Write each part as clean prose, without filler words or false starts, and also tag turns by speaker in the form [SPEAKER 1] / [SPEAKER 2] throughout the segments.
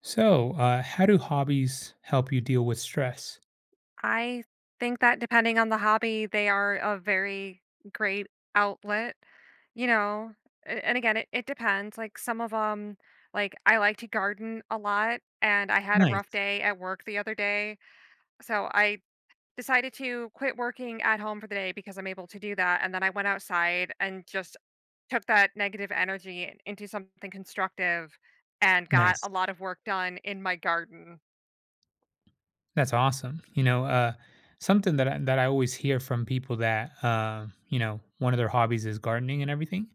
[SPEAKER 1] So, how do hobbies help you deal with stress?
[SPEAKER 2] I think that depending on the hobby, they are a very great outlet, you know. And again, it depends. Like some of them, like I like to garden a lot, and I had a rough
[SPEAKER 1] Nice,
[SPEAKER 2] day at work the other day. So I decided to quit working at home for the day because I'm able to do that. And then I went outside and just took that negative energy into something constructive and got
[SPEAKER 1] nice.
[SPEAKER 2] a lot of work done in my garden.
[SPEAKER 1] That's awesome. Something that I always hear from people that one of their hobbies is gardening and everything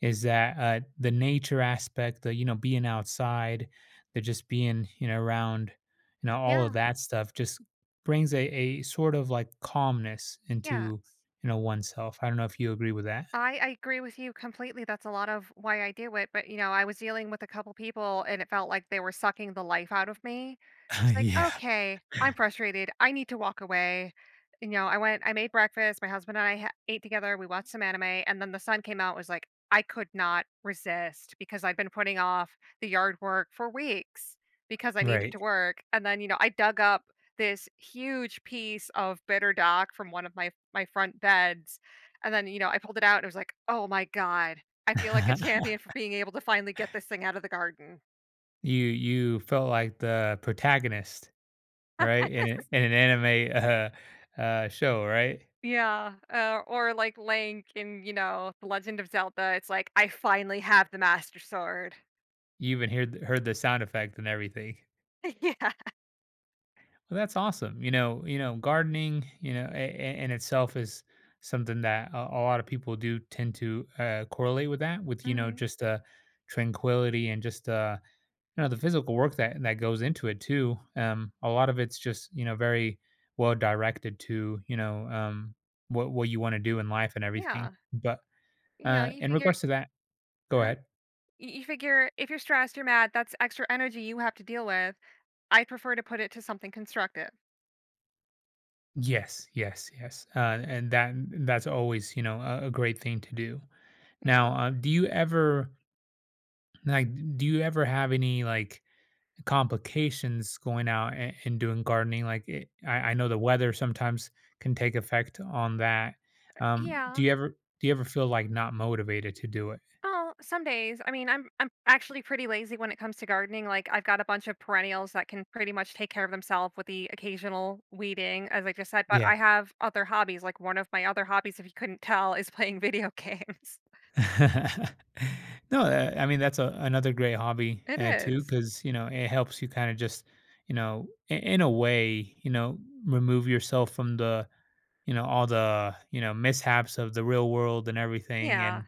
[SPEAKER 1] is that the nature aspect, the being outside, the just being around, all of
[SPEAKER 2] Yeah,
[SPEAKER 1] that stuff just brings a sort of like calmness
[SPEAKER 2] yeah.
[SPEAKER 1] into oneself. I don't know if you agree with that.
[SPEAKER 2] I agree with you completely. That's a lot of why I do it. But, you know, I was dealing with a couple people and it felt like they were sucking the life out of me. It's like,
[SPEAKER 1] Yeah,
[SPEAKER 2] okay, I'm frustrated. I need to walk away. You know, I made breakfast. My husband and I ate together. We watched some anime. And then the sun came out. It was like, I could not resist because I'd been putting off the yard work for weeks because I needed
[SPEAKER 1] right.
[SPEAKER 2] to work. And then, you know, I dug up this huge piece of bitter dock from one of my front beds, and then, you know, I pulled it out and it was like, "Oh my god. I feel like a champion for being able to finally get this thing out of the garden."
[SPEAKER 1] You felt like the protagonist, right? In an anime, show, right?
[SPEAKER 2] Yeah, or like Link in, you know, The Legend of Zelda. It's like, "I finally have the Master Sword."
[SPEAKER 1] You even heard th heard the sound effect and everything.
[SPEAKER 2] Yeah.
[SPEAKER 1] Well, that's awesome. You know, gardening, you know, I in itself is something that a lot of people do tend to, correlate with that, with, you know,
[SPEAKER 2] Mhm.
[SPEAKER 1] just, tranquility and just, uh, you know, the physical work that goes into it too. Um, a lot of it's just, you know, very well directed to, you know, um, what you want to do in life and everything.
[SPEAKER 2] Yeah.
[SPEAKER 1] But
[SPEAKER 2] Yeah, you
[SPEAKER 1] in
[SPEAKER 2] figure.
[SPEAKER 1] regards to that, go
[SPEAKER 2] Huh?
[SPEAKER 1] ahead.
[SPEAKER 2] Y You figure if you're stressed, you're mad, that's extra energy you have to deal with. I prefer to put it to something constructive.
[SPEAKER 1] Yes, yes, yes, and that's always, you know, a great thing to do now. Do you ever, like, do you ever have any like complications going out and, doing gardening. Like it, I know the weather sometimes can take effect on that. Do
[SPEAKER 2] Yeah.
[SPEAKER 1] you ever do you ever feel like not motivated to do it?
[SPEAKER 2] Oh, some days. I mean, I'm actually pretty lazy when it comes to gardening. Like I've got a bunch of perennials that can pretty much take care of themselves with the occasional weeding, as I just said, but I
[SPEAKER 1] Yeah.
[SPEAKER 2] have other hobbies. Like one of my other hobbies, if you couldn't tell, is playing video games.
[SPEAKER 1] No, I mean that's another great hobby
[SPEAKER 2] It
[SPEAKER 1] too,
[SPEAKER 2] is.
[SPEAKER 1] because, you know, it helps you kind of just, you know, in a way, you know, remove yourself from the, you know, all the, you know, mishaps of the real world and everything,
[SPEAKER 2] Yeah.
[SPEAKER 1] and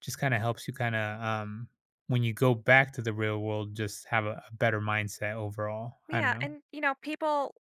[SPEAKER 1] just kind of helps you kind of, um, when you go back to the real world just have a better mindset overall. I don't
[SPEAKER 2] Yeah,
[SPEAKER 1] know.
[SPEAKER 2] and you know,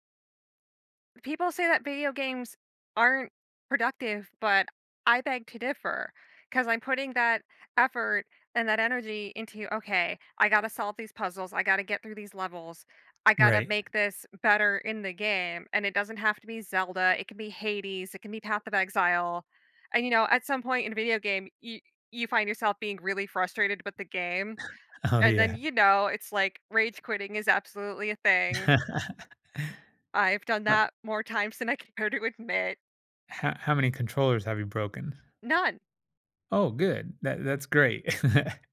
[SPEAKER 2] People say that video games aren't productive, but I beg to differ because I'm putting that effort and that energy into, okay, I got to solve these puzzles. I got to get through these levels. I got to
[SPEAKER 1] Right.
[SPEAKER 2] make this better in the game. And it doesn't have to be Zelda. It can be Hades. It can be Path of Exile. And, you know, at some point in a video game, you find yourself being really frustrated with the game.
[SPEAKER 1] Oh
[SPEAKER 2] And then,
[SPEAKER 1] yeah.
[SPEAKER 2] you know, it's like rage quitting is absolutely a thing. I've done
[SPEAKER 1] Uh,
[SPEAKER 2] that more times than I care to admit.
[SPEAKER 1] how many controllers have you broken?
[SPEAKER 2] None.
[SPEAKER 1] Oh good, that's great.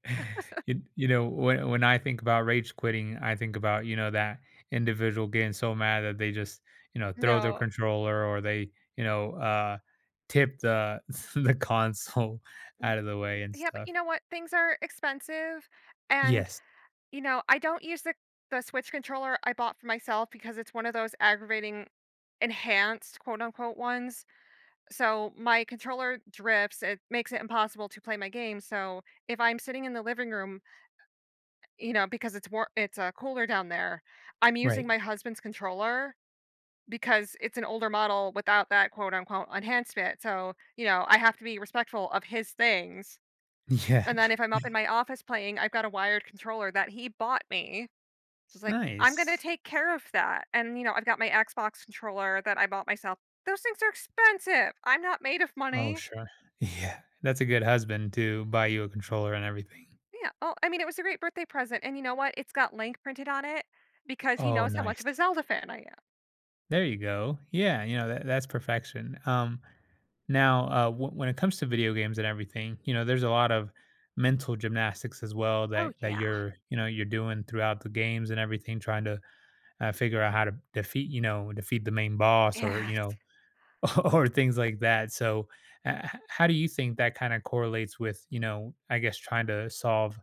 [SPEAKER 1] You know when I think about rage quitting I think about, you know, that individual getting so mad that they just, you know, throw their
[SPEAKER 2] No.
[SPEAKER 1] controller or they, you know, tip the the console out of the way and
[SPEAKER 2] Yeah, but
[SPEAKER 1] stuff.
[SPEAKER 2] you know what? Things are expensive, and,
[SPEAKER 1] Yes,
[SPEAKER 2] you know, I don't use the Switch controller I bought for myself because it's one of those aggravating "enhanced," quote, unquote, ones. So, my controller drifts, it makes it impossible to play my game, so, if I'm sitting in the living room, you know, because it's, cooler down there, I'm using
[SPEAKER 1] right.
[SPEAKER 2] my husband's controller because it's an older model without that quote unquote enhancement. So, you know, I have to be respectful of his things.
[SPEAKER 1] Yeah.
[SPEAKER 2] And then if I'm up in my office playing, I've got a wired controller that he bought me. So it's like, I'm going to
[SPEAKER 1] Nice.
[SPEAKER 2] take care of that. And, you know, I've got my Xbox controller that I bought myself. Those things are expensive. I'm not made of
[SPEAKER 1] Oh,
[SPEAKER 2] money.
[SPEAKER 1] sure. Yeah, that's a good husband to buy you a controller and everything.
[SPEAKER 2] Yeah. Oh, I mean, it was a great birthday present. And you know what? It's got Link printed on it because he
[SPEAKER 1] Oh,
[SPEAKER 2] knows how much
[SPEAKER 1] nice.
[SPEAKER 2] of a Zelda fan I am.
[SPEAKER 1] There you go. Yeah, you know, that's perfection. Now, when it comes to video games and everything, you know, there's a lot of mental gymnastics as well
[SPEAKER 2] Oh
[SPEAKER 1] that
[SPEAKER 2] yeah.
[SPEAKER 1] you're, you know, you're doing throughout the games and everything, trying to, figure out how to defeat, you know, defeat the main boss or,
[SPEAKER 2] Yeah.
[SPEAKER 1] you know, or things like that. So, how do you think that kind of correlates with, you know, I guess trying to solve,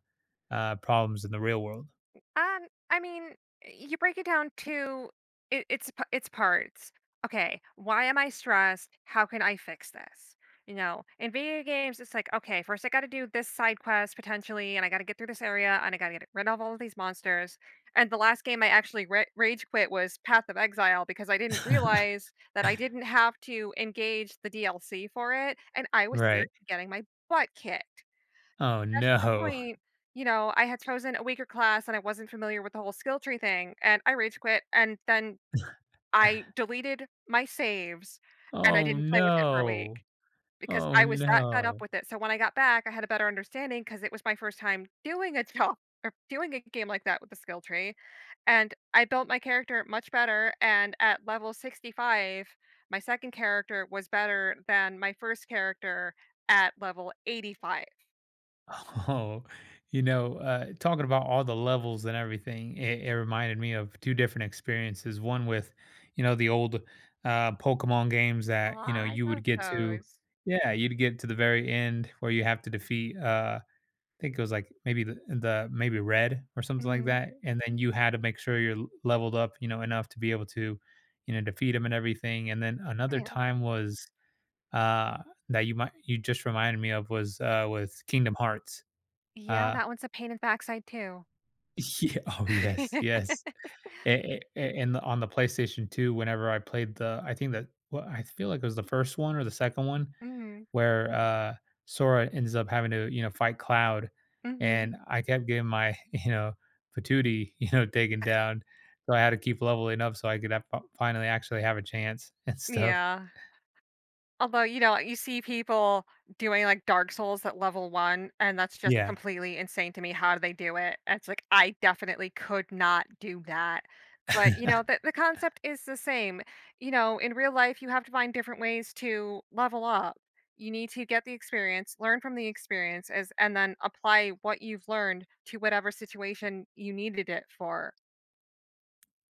[SPEAKER 1] problems in the real world?
[SPEAKER 2] Um, I mean, you break it down to it's it's parts. Okay, why am I stressed? How can I fix this? You know, in video games, it's like, okay, first I got to do this side quest potentially, and I got to get through this area, and I got to get rid of all of these monsters. And the last game I actually rage quit was Path of Exile because I didn't realize that I didn't have to engage the DLC for it, and I was
[SPEAKER 1] Right.
[SPEAKER 2] seriously getting my butt kicked.
[SPEAKER 1] Oh
[SPEAKER 2] At that
[SPEAKER 1] no.
[SPEAKER 2] point, you know, I had chosen a weaker class and I wasn't familiar with the whole skill tree thing, and I rage quit, and then I deleted my saves, and I
[SPEAKER 1] Oh
[SPEAKER 2] didn't play with it for a week
[SPEAKER 1] no.
[SPEAKER 2] because
[SPEAKER 1] Oh
[SPEAKER 2] I was that fed up
[SPEAKER 1] no.
[SPEAKER 2] with it, so when I got back, I had a better understanding because it was my first time doing a job or doing a game like that with the skill tree, and I built my character much better, and at level 65, my 2nd character was better than my 1st character at level 85.
[SPEAKER 1] Oh, you know, talking about all the levels and everything, it reminded me of two different experiences. One with, you know, the old, Pokemon games
[SPEAKER 2] Aw,
[SPEAKER 1] that, you know,
[SPEAKER 2] I
[SPEAKER 1] you would
[SPEAKER 2] love
[SPEAKER 1] get to,
[SPEAKER 2] those.
[SPEAKER 1] yeah, you'd get to the very end where you have to defeat. Think it was like maybe the maybe red or something like
[SPEAKER 2] Mhm.
[SPEAKER 1] that, and then you had to make sure you're leveled up, you know, enough to be able to, you know, defeat him and everything. And then another
[SPEAKER 2] Yeah.
[SPEAKER 1] time was, uh, that you might, you just reminded me of was, uh, with Kingdom Hearts.
[SPEAKER 2] Yeah,
[SPEAKER 1] Uh,
[SPEAKER 2] that one's a pain in the backside too.
[SPEAKER 1] yeah, oh yes, yes. On the PlayStation 2, whenever I played the, I think that, well, I feel like it was the first one or the second one
[SPEAKER 2] Mhm.
[SPEAKER 1] where, Sora ends up having to, you know, fight Cloud,
[SPEAKER 2] Mhm.
[SPEAKER 1] and I kept getting my you know patootie, you know, taken down, so I had to keep leveling up so I could have, finally actually have a chance and stuff.
[SPEAKER 2] Yeah. Although, you know, you see people doing, like, Dark Souls at level 1, and that's just
[SPEAKER 1] Yeah.
[SPEAKER 2] completely insane to me. How do they do it? And it's like, I definitely could not do that. But, you know, the concept is the same. You know, in real life, you have to find different ways to level up. You need to get the experience, learn from the experience as and then apply what you've learned to whatever situation you needed it for.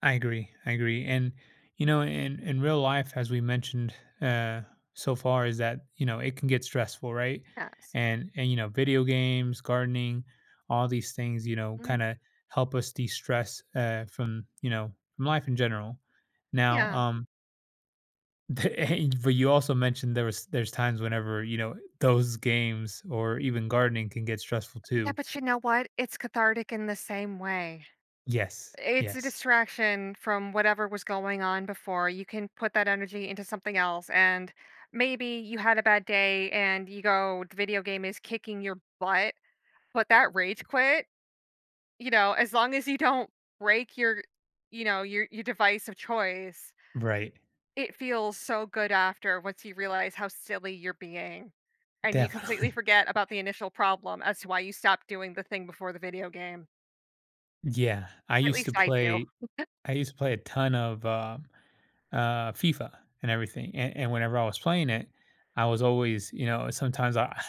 [SPEAKER 1] I agree. I agree. And you know, in real life, as we mentioned, uh, so far, is that you know it can get stressful, right?
[SPEAKER 2] Yes.
[SPEAKER 1] And you know, video games, gardening, all these things, you know, kind
[SPEAKER 2] Mhm.
[SPEAKER 1] of help us de stress, from, you know, from life in general. Now,
[SPEAKER 2] Yeah.
[SPEAKER 1] but you also mentioned there was there's times whenever, you know, those games or even gardening can get stressful
[SPEAKER 2] Yeah,
[SPEAKER 1] too.
[SPEAKER 2] but you know what? It's cathartic in the same way.
[SPEAKER 1] Yes.
[SPEAKER 2] It's a
[SPEAKER 1] Yes.
[SPEAKER 2] distraction from whatever was going on before. You can put that energy into something else. And maybe you had a bad day and you go, the video game is kicking your butt, but that rage quit, you know, as long as you don't break you know, your device of choice,
[SPEAKER 1] Right.
[SPEAKER 2] it feels so good after once you realize how silly you're being. And you completely
[SPEAKER 1] Definitely.
[SPEAKER 2] forget about the initial problem as to why you stopped doing the thing before the video game.
[SPEAKER 1] Yeah,
[SPEAKER 2] At least I do.
[SPEAKER 1] I used to play a ton of, FIFA and everything, and whenever I was playing it, I was always, you know, sometimes I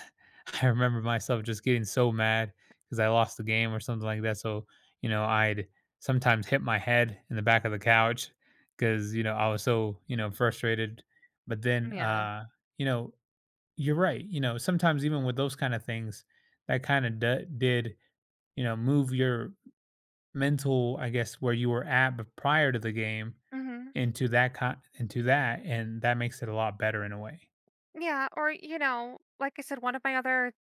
[SPEAKER 1] I remember myself just getting so mad because I lost the game or something like that, so, you know, I'd sometimes hit my head in the back of the couch because, you know, I was so, you know, frustrated, but then,
[SPEAKER 2] Yeah.
[SPEAKER 1] you know, you're right, you know, sometimes even with those kinda things, that kinda d did, you know, move your mental, I guess, where you were at b prior to the game
[SPEAKER 2] Hmm.
[SPEAKER 1] into that con into that, and that makes it a lot better in a way.
[SPEAKER 2] Yeah, or you know, like I said, one of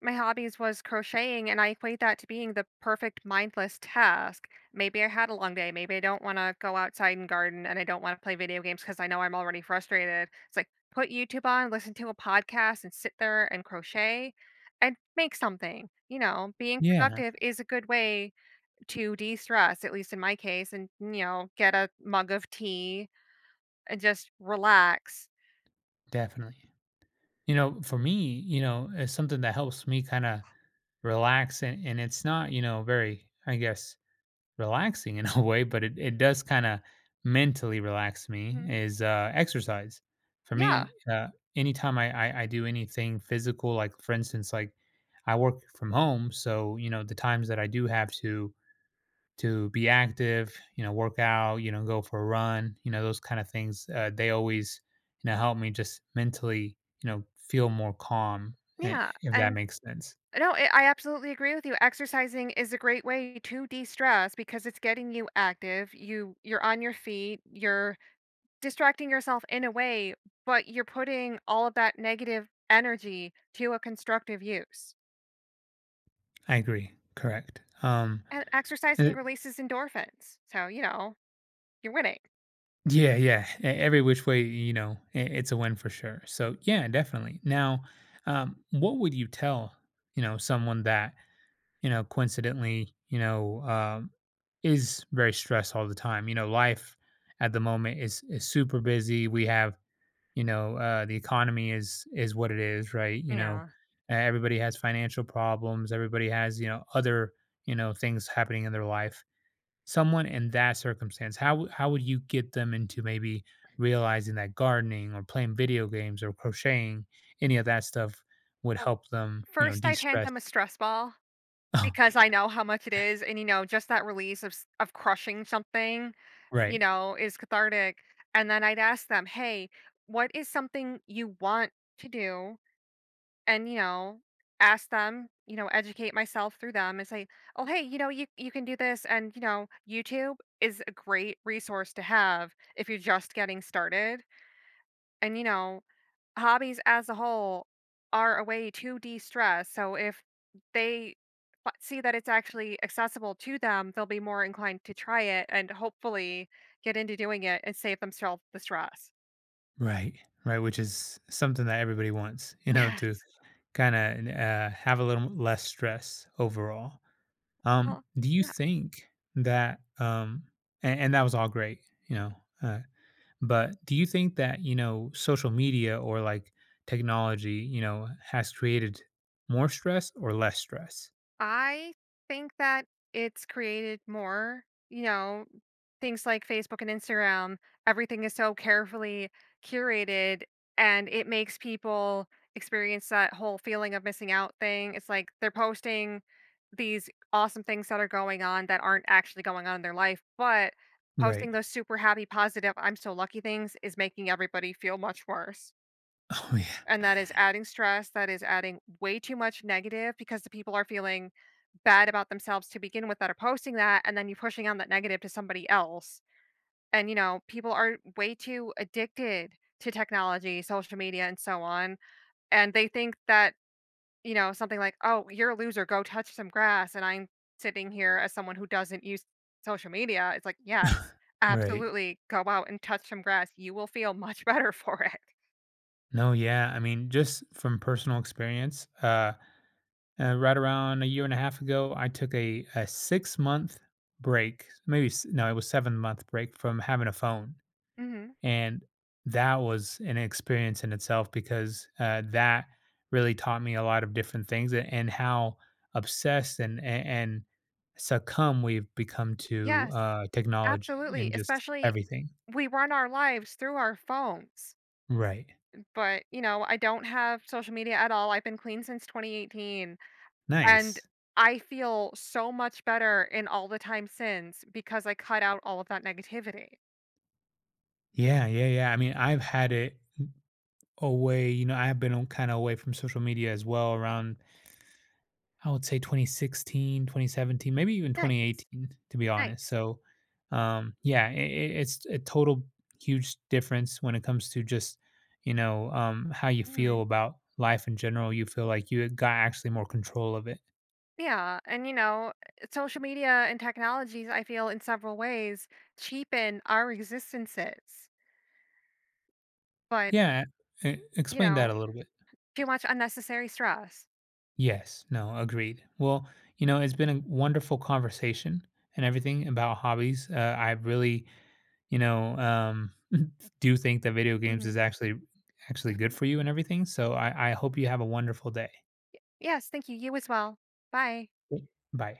[SPEAKER 2] my hobbies was crocheting, and I equate that to being the perfect mindless task. Maybe I had a long day. Maybe I don't want to go outside and garden, and I don't want to play video games because I know I'm already frustrated. It's like put YouTube on, listen to a podcast, and sit there and crochet and make something. You know, being
[SPEAKER 1] Yeah,
[SPEAKER 2] productive is a good way to de-stress, at least in my case, and you know, get a mug of tea and just relax.
[SPEAKER 1] definitely. You know, for me, you know, it's something that helps me kinda relax and it's not, you know, very, I guess, relaxing in a way, but it does kinda mentally relax me
[SPEAKER 2] Mhm.
[SPEAKER 1] is, exercise. For
[SPEAKER 2] Yeah,
[SPEAKER 1] me, anytime I do anything physical, like, for instance, like, I work from home, so, you know, the times that I do have to be active, you know, work out, you know, go for a run, you know, those kind of things. They always, you know, help me just mentally, you know, feel more calm,
[SPEAKER 2] yeah,
[SPEAKER 1] if that
[SPEAKER 2] and
[SPEAKER 1] makes sense.
[SPEAKER 2] No, I absolutely agree with you. Exercising is a great way to de-stress because it's getting you active. You're on your feet, you're distracting yourself in a way, but you're putting all of that negative energy to a constructive use.
[SPEAKER 1] I agree. Correct.
[SPEAKER 2] And
[SPEAKER 1] Uh,
[SPEAKER 2] exercising releases endorphins. So, you know, you're winning.
[SPEAKER 1] yeah, yeah. Every which way, you know, it's a win for sure. So yeah, definitely. Now, what would you tell, you know, someone that, you know, coincidentally, you know, is very stressed all the time. You know, life at the moment is super busy. We have, you know, the economy is what it is, right? You know,
[SPEAKER 2] Yeah.
[SPEAKER 1] everybody has financial problems. Everybody has, you know, other, you know, things happening in their life. Someone in that circumstance, how how would you get them into maybe realizing that gardening or playing video games or crocheting, any of that stuff would
[SPEAKER 2] Well,
[SPEAKER 1] help them, you know,
[SPEAKER 2] first I'd hand
[SPEAKER 1] de-stress?
[SPEAKER 2] them a stress ball
[SPEAKER 1] Oh,
[SPEAKER 2] because
[SPEAKER 1] yeah.
[SPEAKER 2] I know how much it is, and you know, just that release of of crushing something. You
[SPEAKER 1] Right.
[SPEAKER 2] know, is cathartic, and then I'd ask them, "Hey, what is something you want to do?" And, you know, ask them, you know, educate myself through them and say, "Oh, hey, you know, you can do this," and, you know, YouTube is a great resource to have if you're just getting started, and, you know, hobbies as a whole are a way to de-stress, so if they fi see that it's actually accessible to them, they'll be more inclined to try it and hopefully get into doing it and save themselves the stress.
[SPEAKER 1] Right, right, which is something that everybody wants, you know, to
[SPEAKER 2] Yes.
[SPEAKER 1] kind of, have a little less stress overall.
[SPEAKER 2] Well,
[SPEAKER 1] Do you
[SPEAKER 2] yeah.
[SPEAKER 1] think that, and, that was all great, you know, uh, but do you think that, you know, social media or like technology, you know, has created more stress or less stress?
[SPEAKER 2] I think that it's created more, you know, things like Facebook and Instagram, everything is so carefully curated and it makes people experience that whole feeling of missing out thing. It's like they're posting these awesome things that are going on that aren't actually going on in their life, but
[SPEAKER 1] Right.
[SPEAKER 2] posting those super happy, positive, I'm so lucky things is making everybody feel much worse.
[SPEAKER 1] Oh
[SPEAKER 2] And
[SPEAKER 1] yeah.
[SPEAKER 2] that is adding stress, that is adding way too much negative because the people are feeling bad about themselves to begin with that are posting that, and then you're pushing on that negative to somebody else. And you know, people are way too addicted to technology, social media, and so on. And they think that, you know, something like, oh, you're a loser, go touch some grass. And I'm sitting here as someone who doesn't use social media. It's like, yes,
[SPEAKER 1] Right.
[SPEAKER 2] absolutely, go out and touch some grass. You will feel much better for it.
[SPEAKER 1] No, yeah. I mean, just from personal experience, uh, right around a year and a half ago, I took a 6 month break, maybe no, it was 7 month break from having a phone,
[SPEAKER 2] Hmm.
[SPEAKER 1] and that was an experience in itself because, that really taught me a lot of different things, and how obsessed and and succumb we've become to,
[SPEAKER 2] Yes.
[SPEAKER 1] technology
[SPEAKER 2] Absolutely,
[SPEAKER 1] and just
[SPEAKER 2] especially
[SPEAKER 1] everything.
[SPEAKER 2] we run our lives through our phones.
[SPEAKER 1] Right.
[SPEAKER 2] But, you know, I don't have social media at all. I've been clean since 2018, and
[SPEAKER 1] Nice.
[SPEAKER 2] I feel so much better in all the time since because I cut out all of that negativity.
[SPEAKER 1] Yeah, yeah, yeah. I mean, I've had it away, you know, I've been kind of away from social media as well around I would say 2016, 2017, maybe even
[SPEAKER 2] Nice,
[SPEAKER 1] 2018, to be honest.
[SPEAKER 2] nice.
[SPEAKER 1] So, yeah, it's a total huge difference when it comes to just, you know, how you feel
[SPEAKER 2] Mhm.
[SPEAKER 1] about life in general. You feel like you got actually more control of it.
[SPEAKER 2] Yeah, and you know, social media and technologies, I feel in several ways cheapen our existences, but
[SPEAKER 1] Yeah,
[SPEAKER 2] you
[SPEAKER 1] explain that
[SPEAKER 2] know,
[SPEAKER 1] a little bit.
[SPEAKER 2] too much unnecessary stress.
[SPEAKER 1] Yes, no, agreed. Well, you know, it's been a wonderful conversation and everything about hobbies. I really, you know, do think that video games is
[SPEAKER 2] Mhm.
[SPEAKER 1] actually good for you and everything. So I hope you have a wonderful day.
[SPEAKER 2] Yes, thank you. You as well. Bye.
[SPEAKER 1] Bye.